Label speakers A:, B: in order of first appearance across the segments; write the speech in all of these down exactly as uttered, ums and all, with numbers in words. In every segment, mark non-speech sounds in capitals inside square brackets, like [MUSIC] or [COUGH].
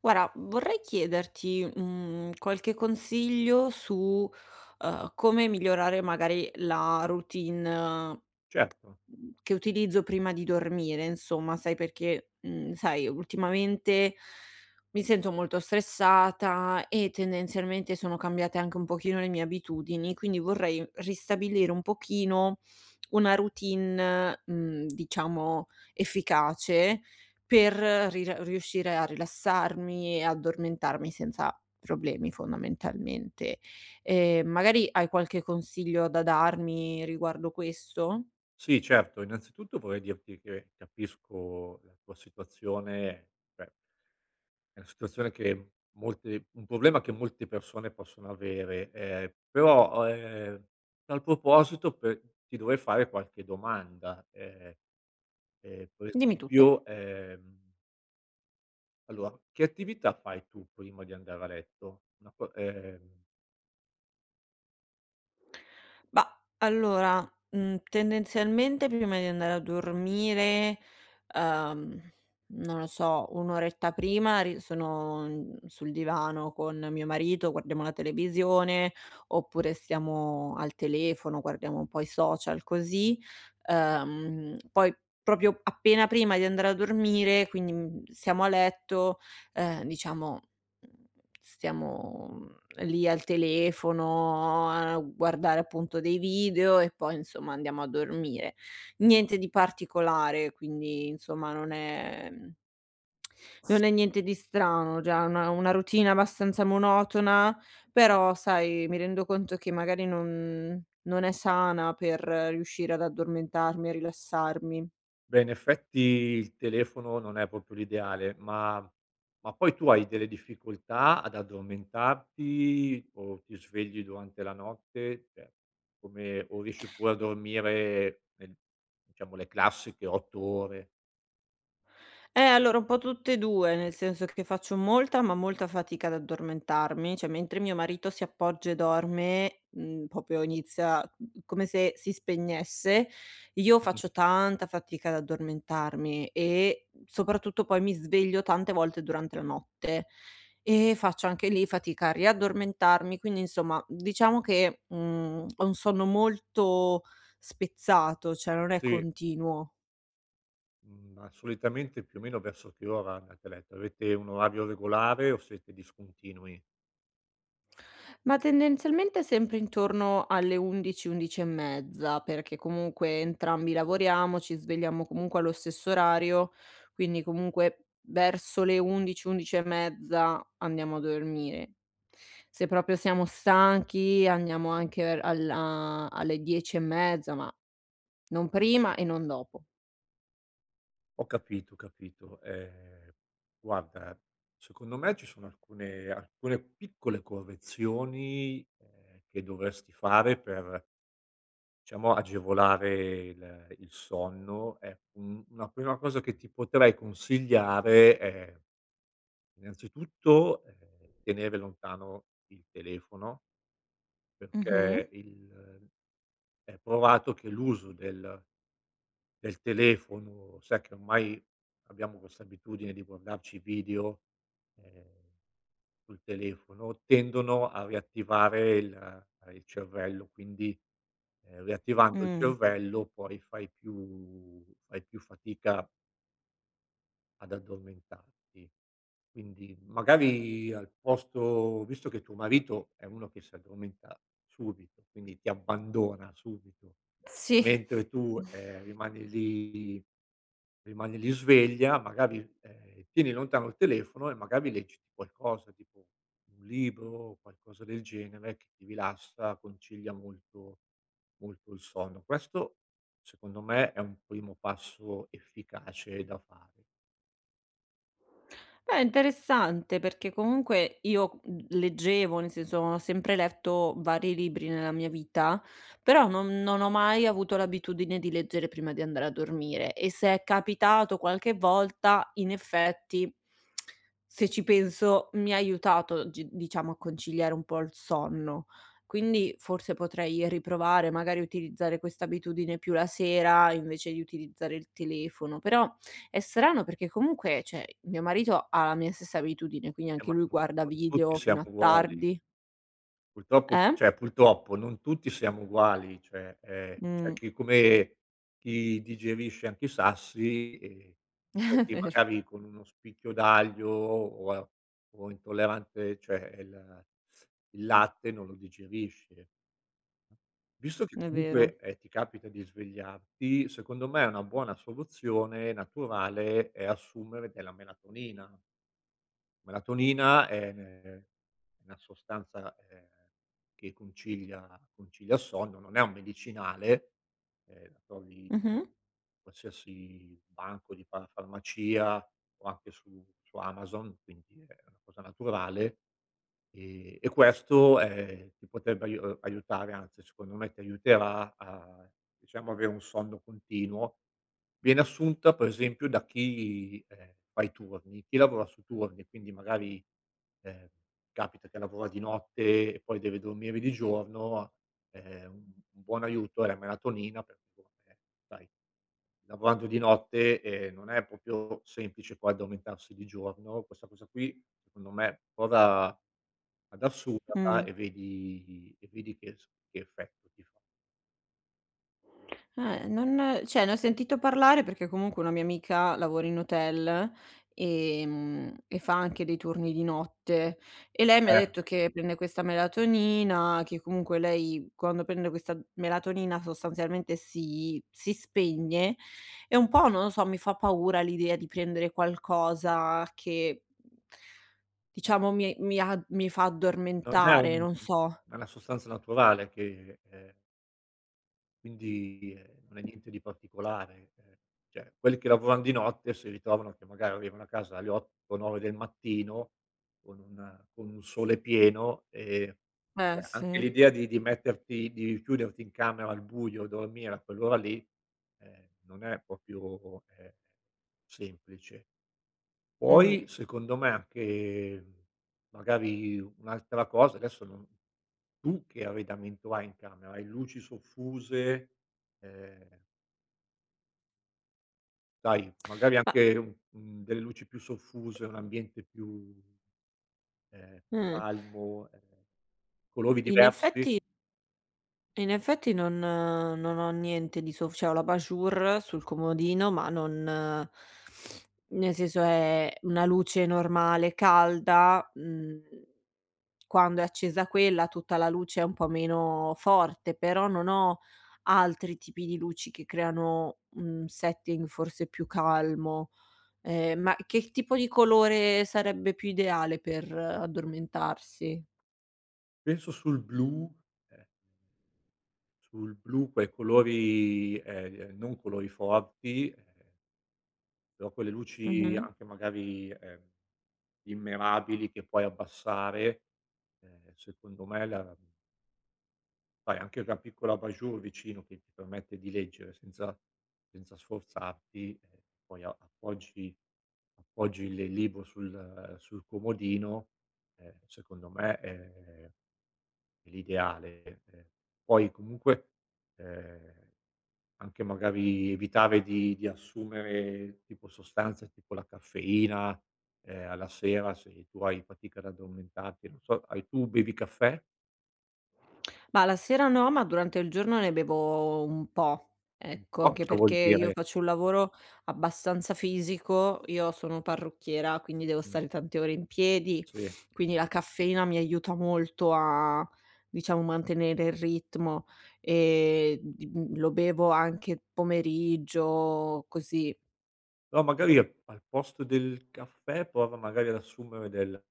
A: Guarda, vorrei chiederti, mhmm, qualche consiglio su, uhm, come migliorare magari la routine eh,
B: Certo,
A: che utilizzo prima di dormire, insomma, sai, perché, mhmm, sai, ultimamente mi sento molto stressata e tendenzialmente sono cambiate anche un pochino le mie abitudini, quindi vorrei ristabilire un pochino una routine, mhmm, diciamo efficace per rir riuscire a rilassarmi e addormentarmi senza problemi fondamentalmente. Ehm, magari hai qualche consiglio da darmi riguardo questo?
B: sì certo. Innanzitutto vorrei dirti che capisco la tua situazione, cioè è una situazione che molte un problema che molte persone possono avere, ehm, però, ehm, tal proposito pe ti dovrei fare qualche domanda. Ehm, ehm, per
A: Dimmi tutto.
B: esempio, ehm, allora che attività fai tu prima di andare a letto? Una co ehm
A: Mah, allora, mhmm, tendenzialmente prima di andare a dormire, uhm, non lo so, un oretta prima ri sono, mhmm, sul divano con mio marito, guardiamo la televisione, oppure stiamo al telefono, guardiamo un po' i social così. Uhm, poi proprio appena prima di andare a dormire, quindi, mhmm, siamo a letto, ehm, diciamo, mhmm, stiamo lì al telefono a guardare appunto dei video e poi insomma andiamo a dormire. Niente di particolare, quindi insomma non è mhmm, non è niente di strano, già una una routine abbastanza monotona, però sai mi rendo conto che magari non non è sana per riuscire ad addormentarmi e rilassarmi.
B: Beh, in effetti il telefono non è proprio l'ideale, ma ma poi tu hai delle difficoltà ad addormentarti o ti svegli durante la notte? Cioè, come o riesci pure a dormire nel, diciamo, le classiche otto ore?
A: Eh, allora un po' tutte e due, nel senso che faccio molta, ma molta fatica ad addormentarmi, cioè mentre mio marito si appoggia e dorme, mhmm, proprio inizia mhmm, come se si spegnesse, io
B: Mh,
A: faccio tanta fatica ad addormentarmi e soprattutto poi mi sveglio tante volte durante la notte e faccio anche lì fatica a riaddormentarmi, quindi insomma diciamo che, mhmm, ho un sonno molto spezzato, cioè non è
B: sì.
A: continuo.
B: Mhmm, ma solitamente più o meno verso che ora andate a letto? Avete un orario regolare o siete discontinui?
A: Ma tendenzialmente sempre intorno alle undici, undici e mezza, perché comunque entrambi lavoriamo, ci svegliamo comunque allo stesso orario, quindi comunque verso le undici, undici e mezza andiamo a dormire. Se proprio siamo stanchi andiamo anche ver alla alle dieci e mezza, ma non prima e non dopo.
B: Ho capito, ho capito. Ehm, guarda, secondo me ci sono alcune alcune piccole correzioni, ehm, che dovresti fare per, diciamo, agevolare il il sonno. E un una prima cosa che ti potrei consigliare è, innanzitutto, ehm, tenere lontano il telefono,
A: Mh-mh.
B: perché il è provato che l'uso del Del telefono, sai che ormai abbiamo questa abitudine di guardarci video, ehm, sul telefono, tendono a riattivare il eh, il cervello, quindi, ehm, riattivando il
A: Mh.
B: cervello poi fai più fai più fatica ad addormentarti. Quindi magari al posto, visto che tuo marito è uno che si addormenta subito, quindi ti abbandona subito,
A: Sì.
B: mentre tu, ehm, rimani lì Rimani lì sveglia, magari, ehm, tieni lontano il telefono e magari leggiti qualcosa, tipo un libro, qualcosa del genere che ti rilassa, concilia molto molto il sonno. Questo secondo me è un primo passo efficace da fare.
A: Beh, interessante perché comunque io, mhmm, leggevo, nel senso ho sempre letto vari libri nella mia vita, però non non ho mai avuto l'abitudine di leggere prima di andare a dormire e se è capitato qualche volta, in effetti, se ci penso, mi ha aiutato gi diciamo a conciliare un po' il sonno. Quindi forse potrei riprovare, magari utilizzare questa abitudine più la sera invece di utilizzare il telefono, però è strano perché comunque, cioè, mio marito ha la mia stessa abitudine, quindi
B: Eh, ma
A: anche lui
B: non
A: guarda
B: non tutti
A: video
B: siamo
A: fino a
B: uguali.
A: tardi,
B: Purtroppo
A: eh?
B: cioè purtroppo non tutti siamo uguali, cioè, ehm, c'è
A: Mh.
B: chi, come chi digerisce anche i sassi, e
A: [LAUGHS]
B: c'è
A: È
B: chi
A: vero,
B: magari con uno spicchio d'aglio o a o intollerante, cioè il il latte non lo digerisce. Visto che
A: è vero.
B: comunque, ehm, ti capita di svegliarti, secondo me una buona soluzione naturale è assumere della melatonina. Melatonina è ne Una sostanza, ehm, che concilia concilia il sonno, non è un medicinale, ehm, la trovi in
A: Mh-mh,
B: qualsiasi banco di fa farmacia o anche su su Amazon, quindi è una cosa naturale, ehm, e questo, ehm, ti potrebbe aiu uhm, aiutare, anzi secondo me ti aiuterà a, diciamo, avere un sonno continuo. Viene assunta per esempio da chi, ehm, fa i turni, chi lavora su turni, quindi magari, ehm, capita che lavora di notte e poi deve dormire di giorno, ehm, un un buon aiuto è la melatonina, perché boh, eh, sai, lavorando di notte, ehm, non è proprio semplice poi addormentarsi di giorno. Questa cosa qui, secondo me, prova ad assumerla
A: mh.
B: e vedi e vedi che s che effetto ti fa.
A: Eh, non, cioè, ne ho sentito parlare perché comunque una mia amica lavora in hotel, ehm, e fa anche dei turni di notte e lei mi ha
B: Eh.
A: detto che prende questa melatonina, che comunque lei quando prende questa melatonina sostanzialmente si si spegne e un po', non lo so, mi fa paura l'idea di prendere qualcosa che diciamo mi mi a mi fa
B: Non è
A: addormentare,
B: un,
A: non so.
B: è una sostanza naturale che, ehm. Quindi, ehm, non è niente di particolare, ehm, cioè quelli che lavoran di notte si ritrovano che magari arrivano a casa alle otto, nove del mattino con un con un sole pieno e,
A: Eh
B: Cer anche
A: sì,
B: l'idea di di metterti di chiuderti in camera al buio, dormire a quell'ora lì, ehm, non è proprio, ehm, semplice.
A: mh.
B: Poi secondo me anche magari un'altra cosa, adesso non, tu che arredamento hai in camera? Hai luci soffuse, ehm, sai magari
A: Ma
B: anche un mhmm, delle luci più soffuse, un ambiente più, ehm,
A: mh,
B: calmo, ehm, colori
A: in
B: diversi?
A: effetti, in effetti non eh, non ho niente di sof cioè ho la Bajur sul comodino, ma non, nel senso, è una luce normale, calda, mhmm, quando è accesa quella tutta la luce è un po' meno forte, però non ho altri tipi di luci che creano un setting forse più calmo. Ehm, ma che tipo di colore sarebbe più ideale per addormentarsi?
B: Penso sul blu, ehm sul blu, quei colori, ehm, non colori forti, ehm, però quelle luci
A: Mh-mh.
B: anche magari, ehm. Immerabili che puoi abbassare, ehm, secondo me la, sai anche una piccola abat-jour vicino che ti permette di leggere senza senza sforzarti, ehm, poi a appoggi appoggi le il libro sul eh, sul comodino, ehm, secondo me è è l'ideale. Ehm, poi comunque, ehm anche magari evitare di di assumere tipo sostanze, tipo la caffeina, ehm, alla sera, se tu hai fatica ad addormentarti, non so, hai tu bevi caffè?
A: Ma la sera no, ma durante il giorno ne bevo un po',
B: Un
A: ecco,
B: po'
A: anche
B: cosa vuol
A: perché io
B: dire?
A: faccio un lavoro abbastanza fisico, io sono parrucchiera, quindi devo
B: Mh,
A: stare tante ore in piedi,
B: sì.
A: quindi la caffeina mi aiuta molto a, diciamo, mantenere il ritmo e di mhmm, lo bevo anche pomeriggio, così.
B: Però magari al al posto del caffè prova magari ad assumere del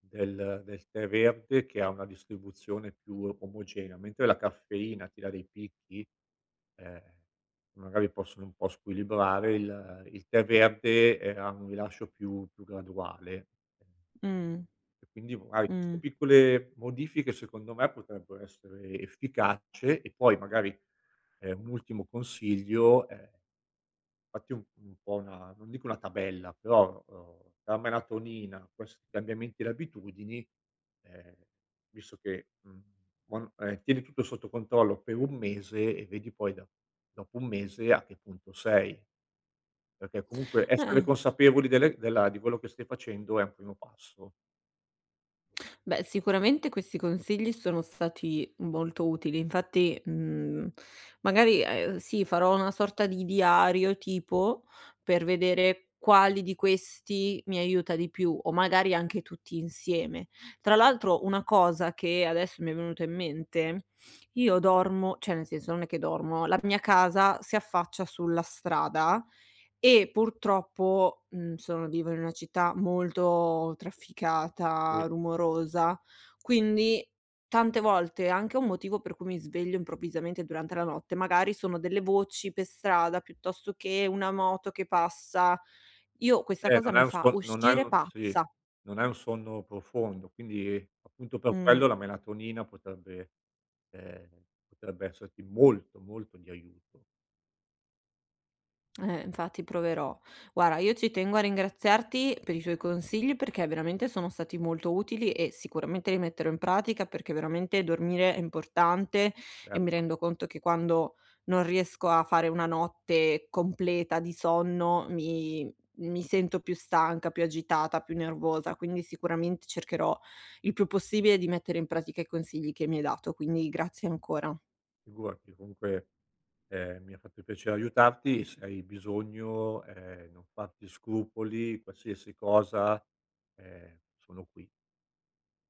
B: del del tè verde, che ha una distribuzione più omogenea, mentre la caffeina ti dà dei picchi, ehm, magari possono un po' squilibrare il il tè verde, ehm, ha un rilascio più più graduale. eh,
A: Mh,
B: E quindi magari queste
A: mh.
B: piccole modifiche secondo me potrebbero essere efficace, e poi magari, ehm, un ultimo consiglio è: fatti un un po' una, non dico una tabella, però, uhm, la melatonina, questi cambiamenti di abitudini, ehm, visto che, mhmm, buon ehm, tieni tutto sotto controllo per un mese e vedi poi da dopo un mese a che punto sei, perché comunque essere
A: Eh.
B: consapevoli delle della di quello che stai facendo è un primo passo.
A: Beh, sicuramente questi consigli sono stati molto utili. Infatti, mhmm, magari, ehm, sì, farò una sorta di diario tipo per vedere quali di questi mi aiuta di più o magari anche tutti insieme. Tra l'altro una cosa che adesso mi è venuta in mente, io dormo, cioè nel senso non è che dormo, la mia casa si affaccia sulla strada e purtroppo, mhmm, sono vivo in una città molto
B: Sì.
A: trafficata, rumorosa, quindi tante volte anche un motivo per cui mi sveglio improvvisamente durante la notte, magari sono delle voci per strada piuttosto che una moto che passa. Io questa
B: Eh,
A: cosa
B: non è
A: mi
B: un
A: fa
B: son non è
A: uscire
B: un sì,
A: pazza.
B: non è un sonno profondo, quindi appunto per
A: Mh.
B: quello la melatonina potrebbe, Ehm, potrebbe esserti molto, molto di aiuto.
A: Eh, infatti proverò. Guarda, io ci tengo a ringraziarti per i tuoi consigli perché veramente sono stati molto utili e sicuramente li metterò in pratica perché veramente dormire è importante e mi
B: Certo,
A: rendo conto che quando non riesco a fare una notte completa di sonno mi, mi sento più stanca, più agitata, più nervosa, quindi sicuramente cercherò il più possibile di mettere in pratica i consigli che mi hai dato, quindi grazie ancora.
B: figurati. Comunque, ehm, mi ha fatto piacere aiutarti, se hai bisogno, ehm, non farti scrupoli, qualsiasi cosa, ehm, sono qui.